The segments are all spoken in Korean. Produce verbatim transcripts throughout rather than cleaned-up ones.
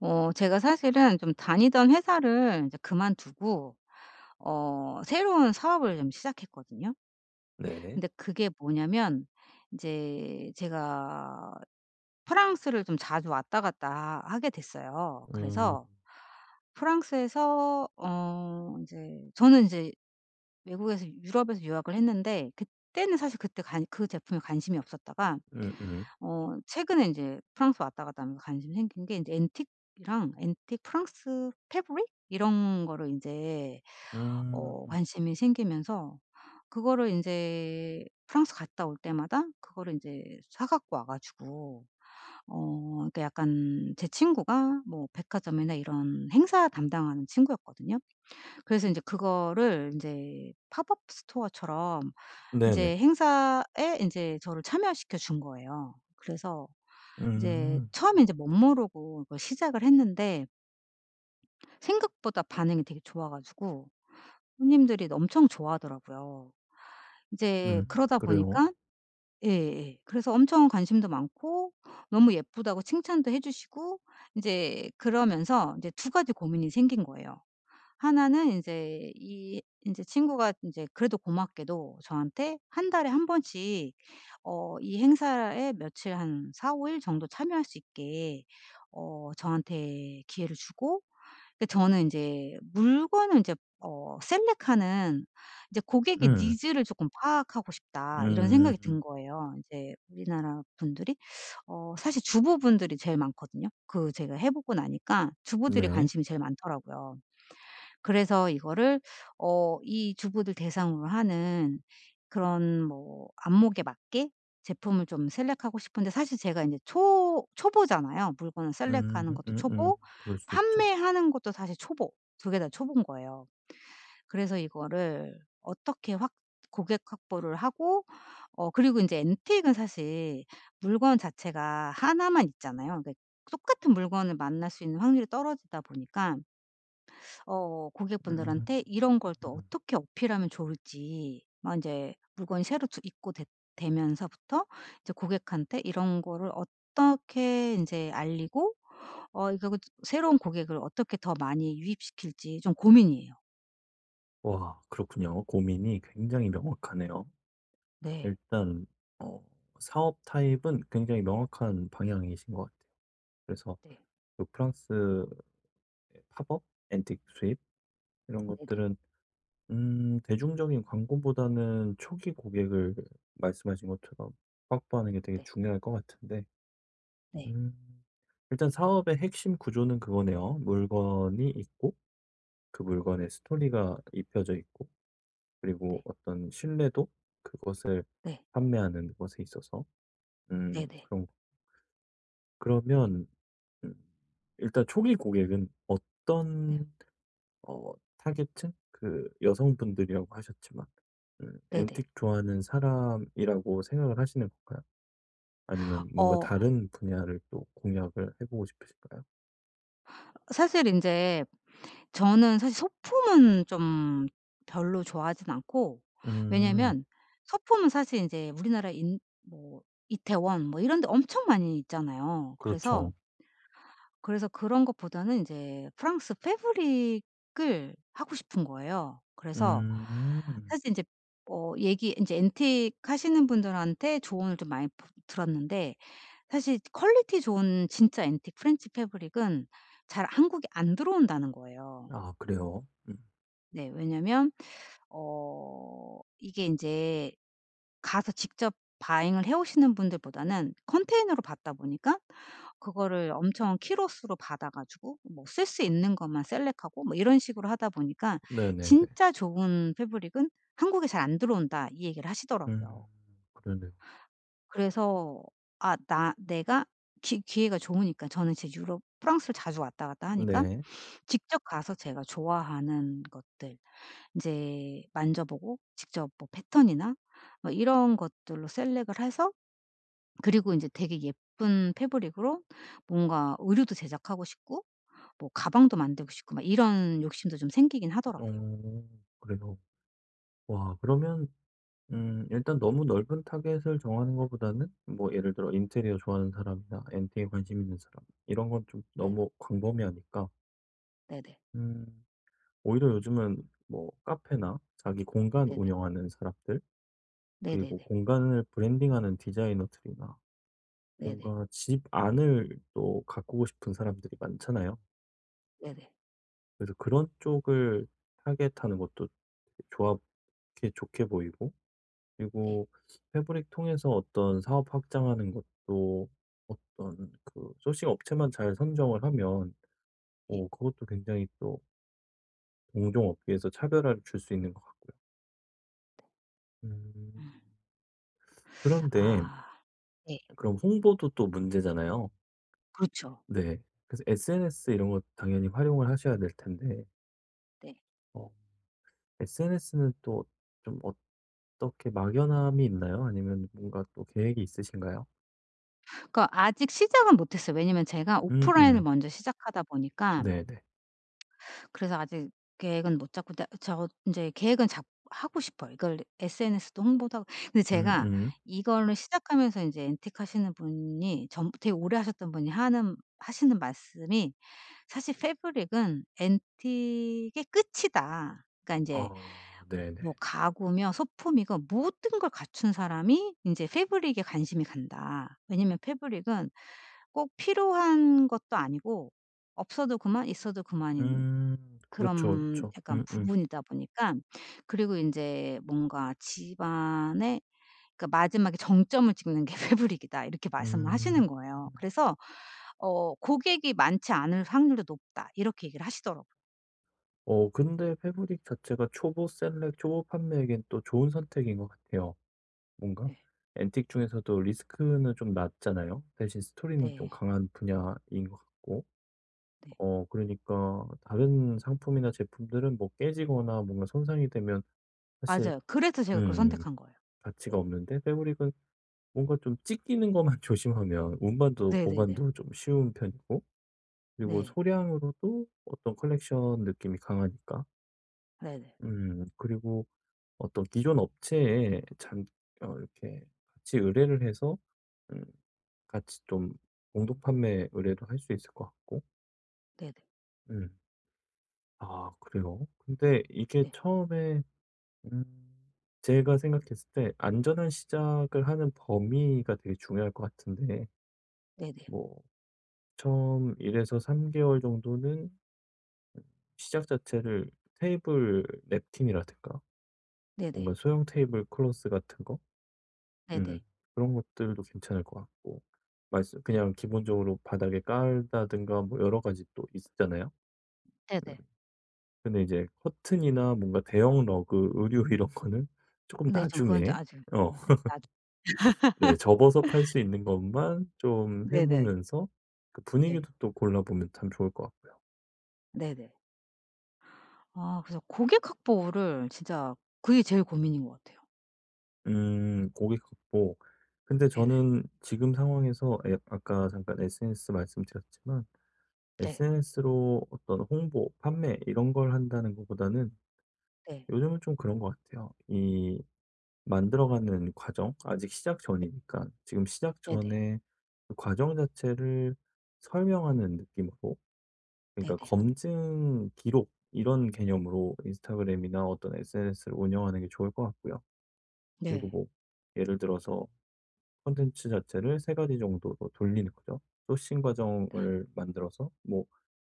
어 제가 사실은 좀 다니던 회사를 이제 그만두고 어 새로운 사업을 좀 시작했거든요. 네. 근데 그게 뭐냐면 이제 제가 프랑스를 좀 자주 왔다 갔다 하게 됐어요. 음. 그래서 프랑스에서 어 이제 저는 이제 외국에서 유럽에서 유학을 했는데, 그때는 사실 그때 관, 그 제품에 관심이 없었다가 음음. 어 최근에 이제 프랑스 왔다 갔다 하면서 관심이 생긴 게 이제 앤틱이랑 앤틱 프랑스 패브릭 이런 거를 이제 음. 어 음, 관심이 생기면서 그거를 이제 프랑스 갔다 올 때마다 그거를 이제 사 갖고 와 가지고 어 그러니까 약간 제 친구가 뭐 백화점이나 이런 행사 담당하는 친구였거든요. 그래서 이제 그거를 이제 팝업 스토어처럼 이 네네. 제 행사에 인제 저를 참여시켜 준 거예요. 그래서 이제 음. 처음에 인제 멋모르고 이걸 시작을 했는데, 생각보다 반응이 되게 좋아 가지고 손님들이 엄청 좋아하더라고요. 이제 음. 그러다 그래요? 보니까 예예. 그래서 엄청 관심도 많고, 너무 예쁘다고 칭찬도 해 주시고, 인제 그러면서 인제 두 가지 고민이 생긴 거예요. 하나는 이제 이 이제 친구가 이제 그래도 고맙게도 저한테 한 달에 한 번씩 어 이 행사에 며칠 한 사 오 일 정도 참여할 수 있게 어 저한테 기회를 주고, 그 저는 인제 물건을 인제 어 셀렉하는 이제 '고객의 음. 니즈를 쪼끔 파악하고 싶다.' 이런 생각이 든 음. 거예요. 인제 우리나라 분들이 어 사실 주부분들이 제일 많거든요. 그 제가 해 보고 나니까 주부들이 네. 관심이 제일 많더라고요. 그래서 이거를 어 이 주부들 대상으로 하는 그런 뭐 안목에 맞게 제품을 좀 셀렉하고 싶은데, 사실 제가 이제 초 초보잖아요. 물건을 음. 셀렉하는 것도 음음. 초보, 그럴 수 있죠. 판매하는 것도 사실 초보. 두 개 다 초보인 거예요. 그래서 이거를 어떻게 확 고객 확보를 하고, 어 그리고 인제 앤틱은 사실 물건 자체가 하나만 있잖아요. 그러니까 똑같은 물건을 만날 수 있는 확률이 떨어지다 보니까 어 음. 고객분들한테 이런 걸 또 음. 어떻게 어필하면 좋을지, 막제 물건이 새로 두 입고 되면서부터 이제 고객한테 이런 거를 어떻게 이제 알리고, 어 이거 그 새로운 고객을 어떻게 더 많이 유입시킬지 좀 고민이에요. 와, 그렇군요. 고민이 굉장히 명확하네요. 네. 일단 어 사업 타입은 굉장히 명확한 방향이신 것 같아요. 그래서 네. 그 프랑스 팝업, 앤틱 수입 이런 네네. 것들은 음 대중적인 광고보다는 초기 고객을 말씀하신 것처럼 확보하는 게 되게 네. 중요할 것 같은데, 네. 음 일단 사업의 핵심 구조는 그거네요. 물건이 있고, 그 물건에 스토리가 입혀져 있고, 그리고 네. 어떤 신뢰도 그것을 네. 판매하는 것에 있어서 음 네네. 그런 거. 그러면 음 일단 초기 고객은 네. 어떤 어 타겟층? 그 여성분들이라고 하셨지만 음 네네. 앤틱 좋아하는 사람이라고 생각을 하시는 건가요? 아니면 뭔가 어 다른 분야를 또 공략을 해 보고 싶으신가요? 사실 인제 저는 사실 소품은 좀 별로 좋아하진 않고, 음. 왜냐면 소품은 사실 인제 우리나라 인 뭐 이태원 뭐 이런 데 엄청 많이 있잖아요. 그래서 그렇죠. 그래서 그런 것보다는 이제 프랑스 패브릭을 하고 싶은 거예요. 그래서 음. 사실 인제 어 얘기 인제 앤틱 하시는 분들한테 조언을 좀 많이 부 들었는데, 사실 퀄리티 좋은 진짜 앤틱 프렌치 패브릭은 잘 한국에 안 들어온다는 거예요. 아, 그래요? 음. 네. 왜냐면 어 이게 이제 가서 직접 바잉을 해 오시는 분들보다는 컨테이너로 받다 보니까, 그거를 엄청 키로수로 받아 가지고 뭐 쓸 수 있는 것만 셀렉하고 뭐 이런 식으로 하다 보니까 네네네. "진짜 좋은 패브릭은 한국에 잘 안 들어온다." 이 얘기를 하시더라고요. 음. 그러네요. 그래서 아, 나 내가 기 기회가 좋으니까, 저는 제 유럽 프랑스를 자주 왔다 갔다 하니까 네. 직접 가서 제가 좋아하는 것들 이제 만져보고 직접 뭐 패턴이나 뭐 이런 것들로 셀렉을 해서, 그리고 이제 되게 예쁜 패브릭으로 뭔가 의류도 제작하고 싶고, 뭐 가방도 만들고 싶고 막 이런 욕심도 좀 생기긴 하더라고요. 어 그래요. 와, 그러면 음 일단 너무 넓은 타겟을 정하는 것보다는, 뭐 예를 들어 인테리어 좋아하는 사람이나 엔팅에 관심 있는 사람, 이런 건 좀 네. 너무 광범위하니까 네네. 음 오히려 요즘은 뭐 카페나 자기 공간 네네. 운영하는 사람들, 그리고 네네네. 공간을 브랜딩하는 디자이너들이나 네네. 뭔가 집 안을 또 가꾸고 싶은 사람들이 많잖아요. 네네. 그래서 그런 쪽을 타겟하는 것도 되게 좋아 좋게 좋게 보이고, 네. 그리고 패브릭 통해서 어떤 사업 확장하는 것도, 어떤 그 소싱 업체만 잘 선정을 하면 네. 어 그것도 굉장히 또 동종 업계에서 차별화를 줄 수 있는 것 같고요. 음. 음. 그런데 아 네. 그럼 홍보도 또 문제잖아요. 그렇죠. 네. 그래서 에스엔에스 이런 거 당연히 활용을 하셔야 될 텐데, 네. 어 에스엔에스는 또 좀 어떻게 막연함이 있나요? 아니면 뭔가 또 계획이 있으신가요? 그러니까 아직 시작은 못 했어요. 왜냐면 제가 오프라인을 음음. 먼저 시작하다 보니까. 네네. 그래서 아직 계획은 못 잡고, 나 저 이제 계획은 잡 하고 싶어요. 이걸 에스엔에스도 홍보도 하고. 근데 제가 음음. 이거를 시작하면서 이제 엔틱 하시는 분이, 전 되게 오래 하셨던 분이 하는 하시는 말씀이 "사실 패브릭은 엔틱의 끝이다." 그러니까 이아, 제 네네, 뭐 네. 가구며 소품이건 모든 걸 갖춘 사람이 이제 패브릭에 관심이 간다. 왜냐면 패브릭은 꼭 필요한 것도 아니고, 없어도 그만 있어도 그만인 음. 그렇죠, 그런 그렇죠. 약간 음음. 음. 부분이다 보니까, 그리고 인제 뭔가 집안에, 그러니까 마지막에 정점을 찍는 게 패브릭이다 이렇게 말씀을 음. 하시는 거예요. 그래서 어 고객이 많지 않을 확률도 높다 이렇게 얘기를 하시더라고요. 어 근데 패브릭 자체가 초보 셀렉, 초보 판매에겐 또 좋은 선택인 것 같아요. 뭔가 네. 앤틱 중에서도 리스크는 좀 낮잖아요. 대신 스토리는 좀 네. 강한 분야인 것 같고. 네. 어 그러니까 다른 상품이나 제품들은 뭐 깨지거나 뭔가 손상이 되면 사실 맞아요. 그래서 제가 그걸 음 선택한 거예요. 가치가 네네. 없는데, 패브릭은 뭔가 좀 찢기는 것만 조심하면 운반도 네네네. 보관도 좀 쉬운 편이고, 그리고 네. 소량으로도 어떤 컬렉션 느낌이 강하니까. 네네. 음 그리고 어떤 기존 업체에 잠 어 이렇게 같이 의뢰를 해서 음 같이 좀 공동 판매 의뢰도 할 수 있을 것 같고. 네네. 음. 아, 그래요? 근데 이게 네. 처음에 음 제가 생각했을 때 안전한 시작을 하는 범위가 되게 중요할 것 같은데, 네네. 뭐 처음 일 에서 삼 개월 정도는 시작 자체를 테이블 냅킨이라든가 네네. 뭔가 소형 테이블 클로스 같은 거? 음. 네네. 그런 것들도 괜찮을 것 같고. 말씀 네. 그냥 기본적으로 바닥에 깔다든가 뭐 여러 가지 또 있잖아요. 음. 네네. 근데 이제 커튼이나 뭔가 대형 러그, 의류 이런 거는 조금 네. 전 그건 좀 나중에. 아직 어 아직 네, 접어서 팔 수 있는 것만 좀 해 네네. 네. 보면서 그 네. 분위기도 또 골라 보면 참 좋을 것 같고요. 네네. 아, 그래서 고객 확보를 진짜, 그게 제일 고민인 것 같아요. 음 고객 확보. 근데 네네. 저는 지금 상황에서 에- 아까 잠깐 에스엔에스 말씀드렸지만, 네. 에스엔에스로 어떤 홍보, 판매 이런 걸 한다는 것보다는, 네. 요즘은 좀 그런 것 같아요. 이 만들어가는 과정, 아직 시작 전이니까 지금 시작 네네. 전에 그 과정 자체를 설명하는 느낌으로, 그러니까 네네. 검증 기록 이런 개념으로 인스타그램이나 어떤 에스엔에스를 운영하는 게 좋을 것 같고요. 그리고 네. 뭐 예를 들어서 콘텐츠 자체를 세 가지 정도로 돌리는 거죠. 소싱 과정을 만들어서 뭐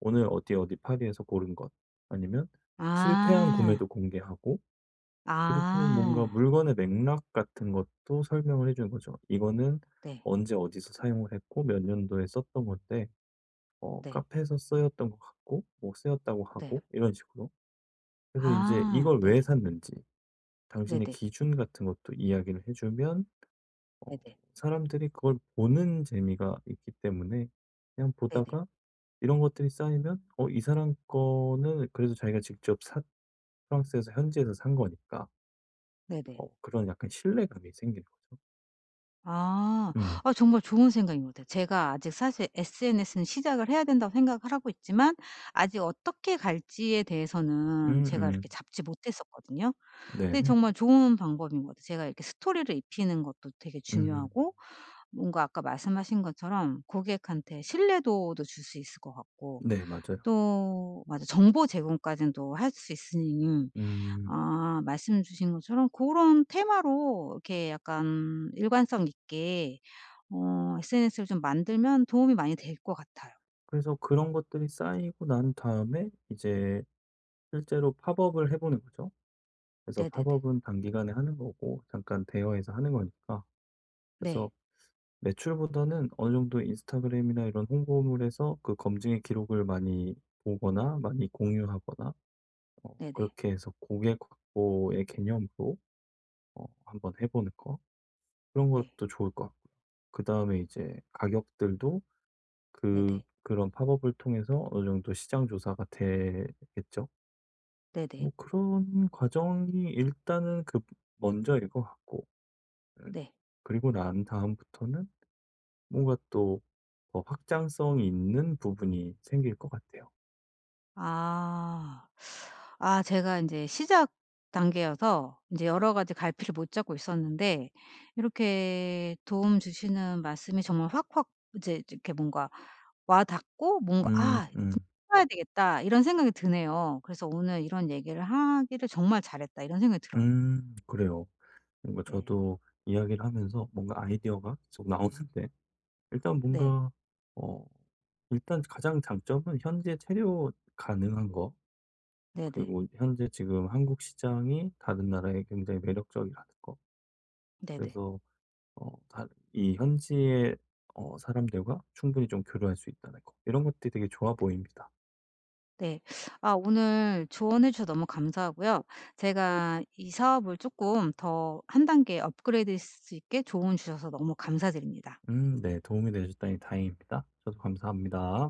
오늘 어디 어디 파리에서 고른 것, 아니면 실패한 아. 구매도 공개하고, 그리고 뭔가 아. 물건의 맥락 같은 것도 설명을 해 주는 거죠. "이거는 네. 언제 어디서 사용을 했고 몇 년도에 썼던 건데 어 네. 카페에서 쓰였던 것 같고, 뭐 쓰였다고 네. 하고." 이런 식으로. 그래서 이제 아. 이걸 네네. 왜 샀는지 당신의 네네. 기준 같은 것도 이야기를 해 주면, 어 네네. 사람들이 그걸 보는 재미가 있기 때문에, 그냥 네네. 보다가 이런 것들이 쌓이면, '어, 이 사람 거는 그래도 자기가 직접 샀 프랑스에서 현지에서 산 거니까.' 네네. 어 그런 약간 신뢰감이 생기는 거죠. 아. 음. 아, 정말 좋은 생각인 것 같아요. 제가 아직 사실 에스엔에스는 시작을 해야 된다고 생각을 하고 있지만, 아직 어떻게 갈지에 대해서는 제가 음음. 이렇게 잡지 못했었거든요. 근데 정말 네네네. 좋은 방법인 것 같아요. 제가 이렇게 스토리를 입히는 것도 되게 음. 중요하고, 뭔가 아까 말씀하신 것처럼 고객한테 신뢰도도 줄 수 있을 것 같고, 네, 맞아요. 또 맞아, 정보 제공까지는 또 할 수 있으니. 음. 아, 말씀 주신 것처럼 그런 테마로 이렇게 약간 일관성 있게 어 에스엔에스를 좀 만들면 도움이 많이 될 것 같아요. 그래서 그런 것들이 쌓이고 난 다음에 이제 실제로 팝업을 해 보는 거죠. 그래서 네네네. 팝업은 단기간에 하는 거고 잠깐 대여해서 하는 거니까. 네. 그래서 매출보다는 어느 정도 인스타그램이나 이런 홍보물에서 그 검증의 기록을 많이 보거나 많이 공유하거나, 어 네네. 그렇게 해서 고객 확보의 개념으로 어 한번 해 보는 거, 그런 네. 것도 좋을 것 같고요. 그다음에 이제 가격들도, 그 네네. 그런 팝업을 통해서 어느 정도 시장 조사가 되겠죠. 네네. 뭐 그런 과정이 일단은 그 먼저일 것 같고, 음 네. 그리고 난 다음부터는 뭔가 또 더 확장성이 있는 부분이 생길 것 같아요. 아. 아, 제가 인제 시작 단계여서 인제 여러 가지 갈피를 못 잡고 있었는데, 이렇게 도움 주시는 말씀이 정말 확확 이제 이렇게 뭔가 와 닿고, 뭔가 음, '아, 해 음, 야 되겠다.' 이런 생각이 드네요. 그래서 오늘 이런 얘기를 하기를 정말 잘했다, 이런 생각이 들어요. 음, 그래요. 뭔가 네. 저도 이야기를 하면서 뭔가 아이디어가 계속 나오는데, 일단 네. 뭔가, 어, 일단 가장 장점은 현재 체류 가능한 거, 네네. 그리고 현재 지금 한국 시장이 다른 나라에 굉장히 매력적이라는 거. 네네. 그래서, 어, 다, 이 현지의 어, 사람들과 충분히 좀 교류할 수 있다는 거. 이런 것들이 되게 좋아 보입니다. 네. 아, 오늘 조언해 주셔서 너무 감사하고요. 제가 이 사업을 조금 더 한 단계 업그레이드할 수 있게 조언 주셔서 너무 감사드립니다. 음 네. 도움이 되셨다니 다행입니다. 저도 감사합니다.